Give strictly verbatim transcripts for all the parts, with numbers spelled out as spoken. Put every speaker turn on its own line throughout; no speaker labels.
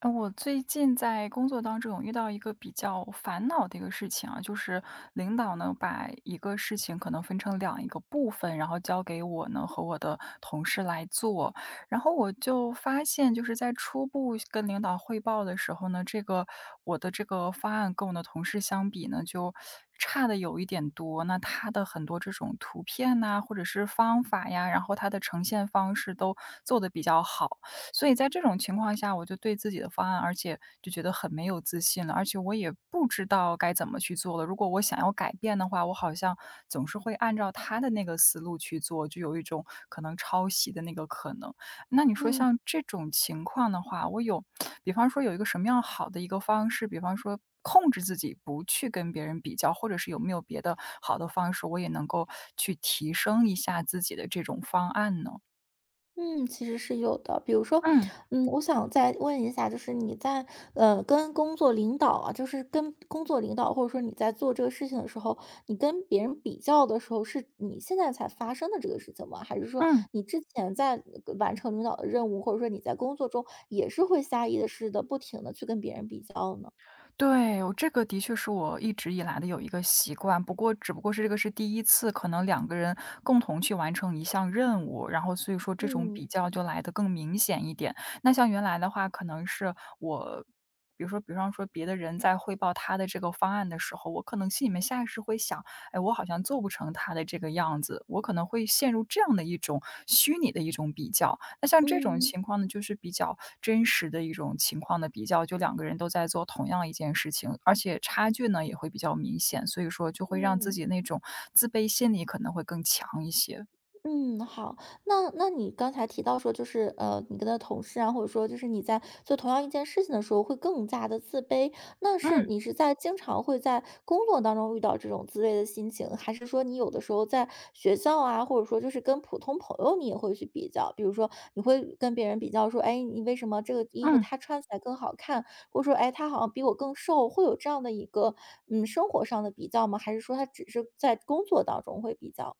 呃，我最近在工作当中有遇到一个比较烦恼的一个事情啊，就是领导呢把一个事情可能分成两一个部分，然后交给我呢和我的同事来做。然后我就发现，就是在初步跟领导汇报的时候呢，这个我的这个方案跟我的同事相比呢，就差的有一点多。那他的很多这种图片呐、或者是方法呀，然后他的呈现方式都做得比较好。所以在这种情况下，我就对自己的方案，而且就觉得很没有自信了，而且我也不知道该怎么去做了。如果我想要改变的话，我好像总是会按照他的那个思路去做，就有一种可能抄袭的那个可能。那你说
嗯
像这种情况的话，我有，比方说有一个什么样好的一个方式，比方说控制自己不去跟别人比较，或者是有没有别的好的方式，我也能够去提升一下自己的这种方案呢？
嗯，其实是有的。比如说，
嗯
嗯，我想再问一下，就是你在呃跟工作领导啊，就是跟工作领导，或者说你在做这个事情的时候，你跟别人比较的时候，是你现在才发生的这个事情吗？还是说
嗯。
你之前在呃完成领导的任务，或者说你在工作中也是会下意识的不停的去跟别人比较呢？
对，我这个的确是我一直以来的有一个习惯，不过只不过是这个是第一次，可能两个人共同去完成一项任务，然后所以说这种比
嗯
较就来的更明显一点。那像原来的话，可能是我。比如说，比方说别的人在汇报他的这个方案的时候，我可能心里面下意识会想，哎，我好像做不成他的这个样子，我可能会陷入这样的一种虚拟的一种比较。那像这种
嗯
情况呢，就是比较真实的一种情况的比较，就两个人都在做同样一件事情，而且差距呢也会比较明显，所以说就会让自
嗯。
己那种自卑心理可能会更强一些。
嗯，好，那那你刚才提到说，就是呃，你跟的同事啊，或者说就是你在做同样一件事情的时候，会更加的自卑。那是
嗯
你是在经常会在工作当中遇到这种自卑的心情，还是说你有的时候在学校啊，或者说就是跟普通朋友你也会去比较？比如说你会跟别人比较说，哎，你为什么这个衣服
嗯
他穿起来更好看，或者说哎，他好像比我更瘦，会有这样的一个嗯生活上的比较吗？还是说他只是在工作当中会比较？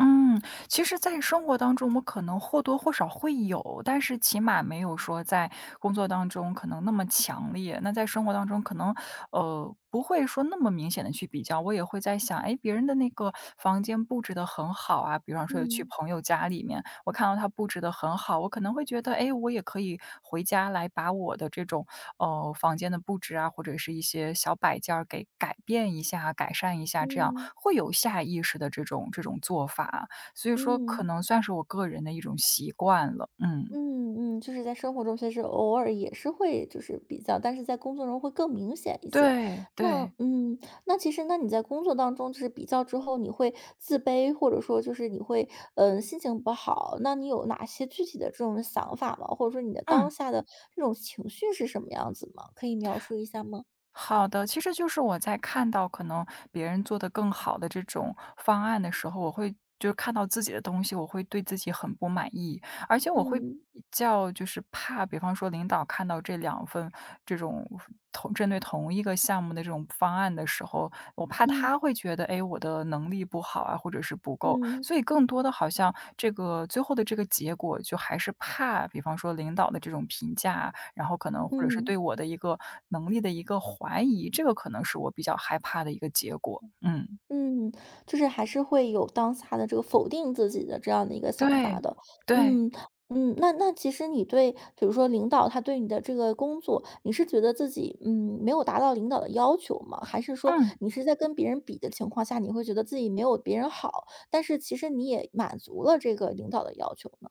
嗯，其实，在生活当中，我们可能或多或少会有，但是起码没有说在工作当中可能那么强烈。那在生活当中，可能呃不会说那么明显的去比较。我也会在想，哎，别人的那个房间布置的很好啊，比方说去
嗯。
朋友家里面，我看到他布置的很好，我可能会觉得，哎，我也可以回家来把我的这种呃房间的布置啊，或者是一些小摆件儿给改变一下、改善一下，这样
嗯
会有下意识的这种这种做法。所以说可
嗯
能算是我个人的一种习惯了，嗯。
嗯嗯，就是在生活中其实偶尔也是会就是比较，但是在工作中会更明显一些。
对，
那
对，
嗯，那其实那你在工作当中就是比较之后，你会自卑，或者说就是你会嗯、呃心情不好，那你有哪些具体的这种想法吗？或者说你的
嗯，
当下的这种情绪是什么样子吗？可以描述一下吗？
好的。其实就是我在看到可能别人做的更好的这种方案的时候，我会就是看到自己的东西，我会对自己很不满意，而且我会
嗯
比较就是怕，比方说领导看到这两份这种同针对同一个项目的这种方案的时候，我怕他
嗯
会觉得，哎，我的能力不好啊，或者是不够，
嗯
所以更多的好像这个最后的这个结果，就还是怕，比方说领导的这种评价，然后可能或者是对
嗯。
我的一个能力的一个怀疑，这个可能是我比较害怕的一个结果。嗯，
嗯，就是还是会有当下的这个否定自己的这样的一个想
对，
法的。
对，
嗯嗯，那那其实你对，比如说领导他对你的这个工作，你是觉得自己嗯没有达到领导的要求吗？还是说
嗯。
你是在跟别人比的情况下，你会觉得自己没有别人好，但是其实你也满足了这个领导的要求呢？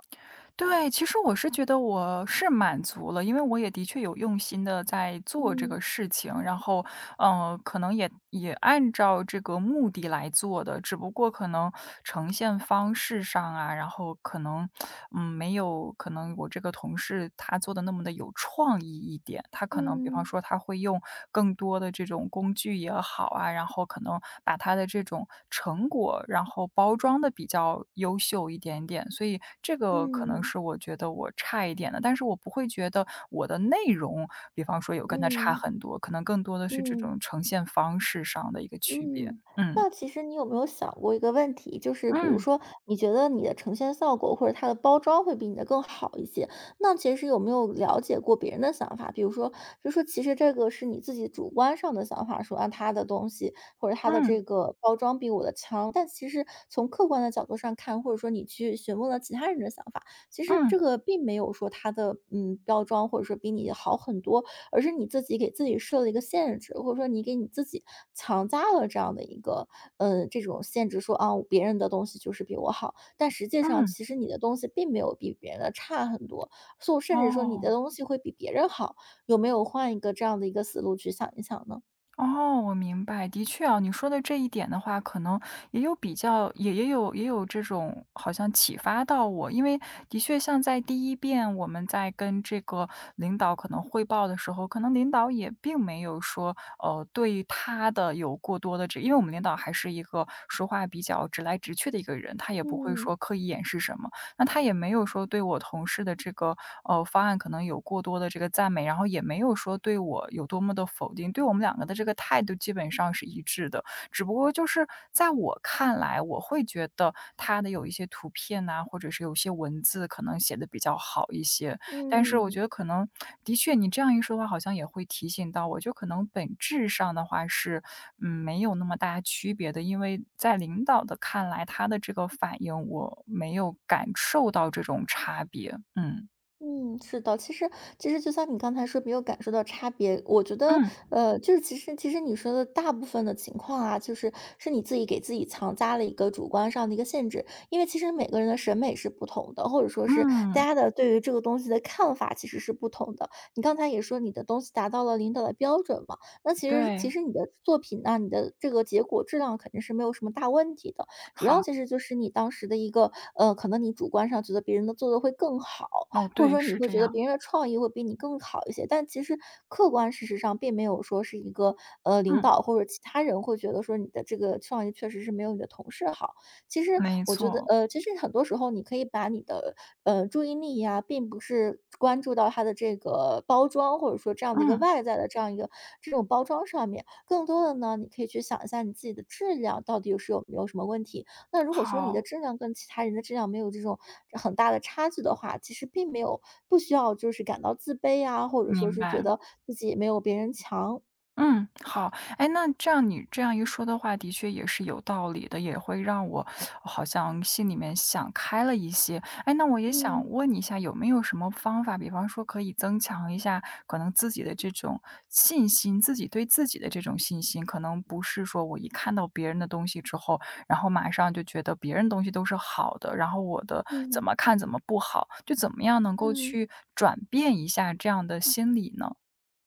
对，其实我是觉得我是满足了，因为我也的确有用心的在做这个
嗯
事情，然后，嗯，可能也也按照这个目的来做的，只不过可能呈现方式上啊，然后可能，嗯，没有可能我这个同事他做的那么的有创意一点，他可能比方
嗯
说他会用更多的这种工具也好好啊，然后可能把他的这种成果，然后包装的比较优秀一点点。所以这个可能
嗯
是我觉得我差一点的，但是我不会觉得我的内容，比方说有
嗯
跟他差
嗯
很多，可能更多的是这
嗯。
种呈现方式上的一个区别。
嗯，
嗯，
那其实你有没有想过一个问题，就是比如
嗯，
说，你觉得你的呈现效果或者它的包装会比你的更好一些，那其实有没有了解过别人的想法？比如说，就说其实这个是你自己主观上的想法，说啊，他的东西或者他的
嗯，
这个包装比我的强，但其实从客观的角度上看，或者说你去询问了其他人的想法，其实
嗯，
这个并没有说它的嗯包装或者说比你好很多，而是你自己给自己设了一个限制，或者说你给你自己强加了这样的一个，嗯，这种限制，说啊，别人的东西就是比我好，但实际
嗯
上
嗯，
其实你的东西并没有比别人的差很多，所以甚至说你的
哦。
东西会比别人好，有没有换一个这样的一个思路去想一想呢？
哦，我明白。的确啊，你说的这一点的话，可能也有比较，也也有也有这种好像启发到我，因为的确像在第一遍我们在跟这个领导可能汇报的时候，可能领导也并没有说，呃，对他的有过多的这，因为我们领导还是一个说话比较直来直去的一个人，他也不会说
嗯
刻意掩饰什么。那他也没有说对我同事的这个呃方案可能有过多的这个赞美，然后也没有说对我有多么的否定，对我们两个的这个态度基本上是一致的。只不过就是在我看来，我会觉得他的有一些图片呐、或者是有些文字可能写的比较好一些，但是我觉
嗯。
得可能的确你这样一说的话，好像也会提醒到我，就可能本质上的话是嗯，没有那么大区别的，因为在领导的看来，他的这个反应我没有感受到这种差别。嗯，
嗯，是的，其实其实就像你刚才说没有感受到差别，我觉得，
嗯，
呃，就是其实其实你说的大部分的情况啊，就是是你自己给自己强加了一个主观上的一个限制，因为其实每个人的审美是不同的，或者说是
嗯，
大家的对于这个东西的看法其实是不同的。你刚才也说你的东西达到了领导的标准嘛，那其实
对，
其实你的作品呢、你的这个结果质量肯定是没有什么大问题的，主
好，
要其实就是你当时的一个，呃，可能你主观上觉得别人的做的会更好。
哦，
或者
对，
说你
是
会
这
觉得
样，
别人的创意会比你更好一些。但其实客观事实上并没有说是一个呃领
嗯，
导或者其他人会觉得说你的这个创意确实是没有你的同事好。其实
没
我觉得
错，
呃，其实很多时候你可以把你的呃注意力呀、并不是关注到它的这个包装或者说这样的一个
嗯，
外在的这样一个这种包装上面，更多的呢，你可以去想一下你自己的质量到底是有没有什么问题，那如果说你的
好，
质量跟其他人的质量没有这种很大的差距的话，其实并没有不需要就是感到自卑啊，或者说
明
是觉
白。
得自己没有别人强。
嗯，好，哎，那这样你这样一说的话，的确也是有道理的，也会让我好像心里面想开了一些。哎，那我也想
嗯。
问你一下，有没有什么方法，比方说可以增强一下可能自己的这种信心，自己对自己的这种信心，可能不是说我一看到别人的东西之后，然后马上就觉得别人东西都是好的，然后我的怎
嗯
么看怎么不好，就怎么样能够
嗯。
去转变一下这样的心理呢？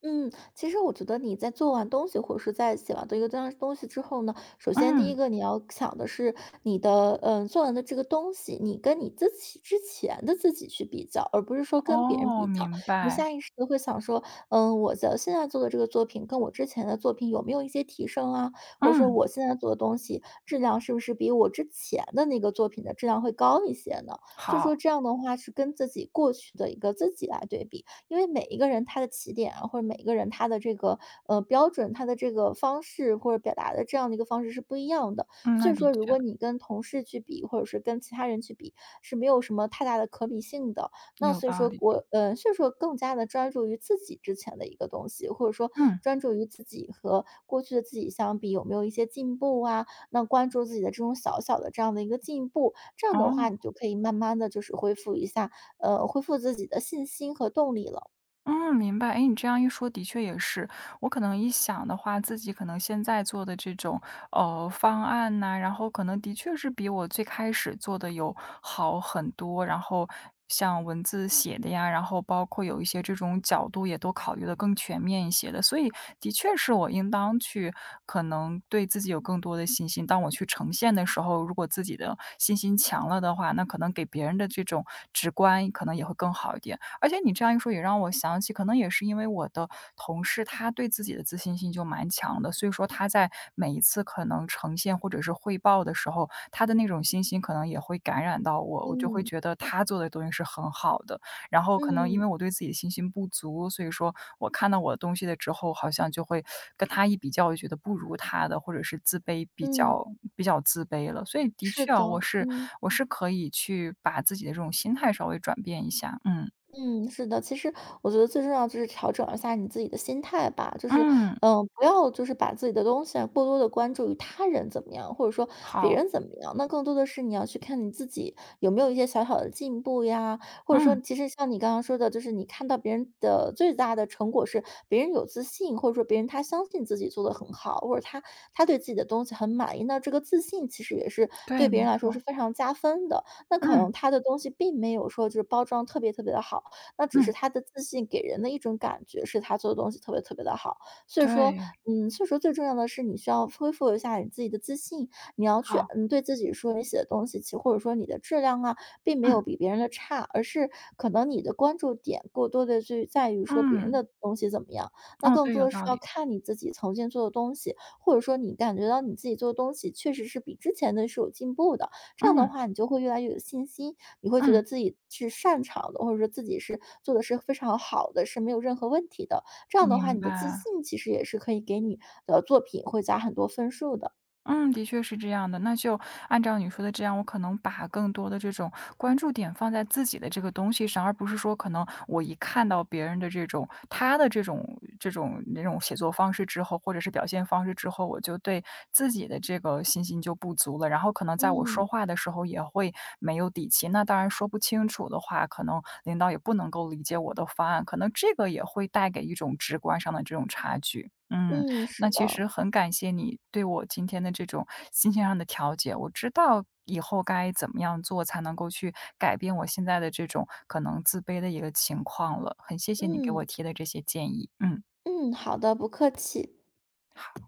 嗯，其实我觉得你在做完东西，或者是在写完的一个这样东西之后呢，首先第一
嗯。
个你要想的是你的，嗯，做完的这个东西，你跟你自己之前的自己去比较，而不是说跟别人
哦，
比较。
明
你
白。
下意识的会想说，嗯，我的现在做的这个作品跟我之前的作品有没有一些提升啊？或者说
嗯，
我现在做的东西质量是不是比我之前的那个作品的质量会高一些呢？所以说
好，
这样的话是跟自己过去的一个自己来对比。因为每一个人他的起点啊，或者每一个人他的这个呃标准，他的这个方式或者表达的这样的一个方式是不一样的。
嗯，
所
那
以
的
说，如
确，
果你跟同事去比，或者是跟其他人去比，是没有什么太大的可比性的。那
有
所以
道
说
理。
我，呃，所以说更加的专注于自己之前的一个东西，或者说
嗯，
专注于自己和过去的自己相比有没有一些进步啊？那关注自己的这种小小的这样的一个进步，这样的话
哦。
你就可以慢慢的就是恢复一下呃，恢复自己的信心和动力了。
嗯，明白。诶，你这样一说，的确也是。我可能一想的话，自己可能现在做的这种，呃，方案呐，然后可能的确是比我最开始做的有好很多，然后像文字写的呀，然后包括有一些这种角度也都考虑的更全面一些的。所以的确是我应当去可能对自己有更多的信心，当我去呈现的时候，如果自己的信心强了的话，那可能给别人的这种直观可能也会更好一点。而且你这样一说也让我想起，可能也是因为我的同事，他对自己的自信心就蛮强的，所以说他在每一次可能呈现或者是汇报的时候，他的那种信心可能也会感染到我，我就会
嗯，
觉得他做的东西是很好的。然后可能因为
嗯，
我对自己的信心不足，所以说我看到我的东西了之后，好像就会跟他一比较，我就觉得不如他的，或者是自卑比
嗯，
较比较自卑了。所以的
是
确
的，
啊，我是
嗯。
我是可以去把自己的这种心态稍微转变一下，嗯。
嗯，是的，其实我觉得最重要就是调整一下你自己的心态吧，就是，
嗯，
嗯，不要就是把自己的东西啊过多的关注于他人怎么样，或者说别
好，
人怎么样，那更多的是你要去看你自己有没有一些小小的进步呀，或者说，
嗯，
其实像你刚刚说的，就是你看到别人的最大的成果是别人有自信，或者说别人他相信自己做的很好，或者他他对自己的东西很满意，那这个自信其实也是
对，
对别
没
人来说
错，
是非常加分的。那可
嗯，
能他的东西并没有说就是包装特别特别的好。那只
嗯，
是他的自信给人的一种感觉是他做的东西特别特别的好。所以说，
对，
嗯，所以说最重要的是你需要恢复一下你自己的自信，你要去，
好，
嗯，对自己说你写的东西，其或者说你的质量啊，并没
嗯，
有比别人的差，而是可能你的关注点过多的去在于说别人
嗯，
的东西怎么样，那
哦，
更
对，
多
有
的是
道
要
理，
看你自己曾经做的东西，或者说你感觉到你自己做的东西确实是比之前的是有进步的，这样的
嗯，
话你就会越来越有信心，你会觉
嗯，
得自己是擅长的，或者说自己是做的是非常好的，是没有任何问题的。这样的话，
明
你的自
白。
信其实也是可以给你的作品会加很多分数的。
嗯，的确是这样的。那就按照你说的这样，我可能把更多的这种关注点放在自己的这个东西上，而不是说可能我一看到别人的这种他的这种这种那种写作方式之后，或者是表现方式之后，我就对自己的这个信心就不足了。然后可能在我说
嗯。
话的时候也会没有底气。那当然说不清楚的话，可能领导也不能够理解我的方案，可能这个也会带给一种直观上的这种差距。嗯。
嗯，是
那其
的，
实很感谢你对我今天的这种心情上的调节，我知道以后该怎么样做才能够去改变我现在的这种可能自卑的一个情况了。很谢谢你给我
嗯，
提的这些建议，嗯。
嗯，好的，不客气。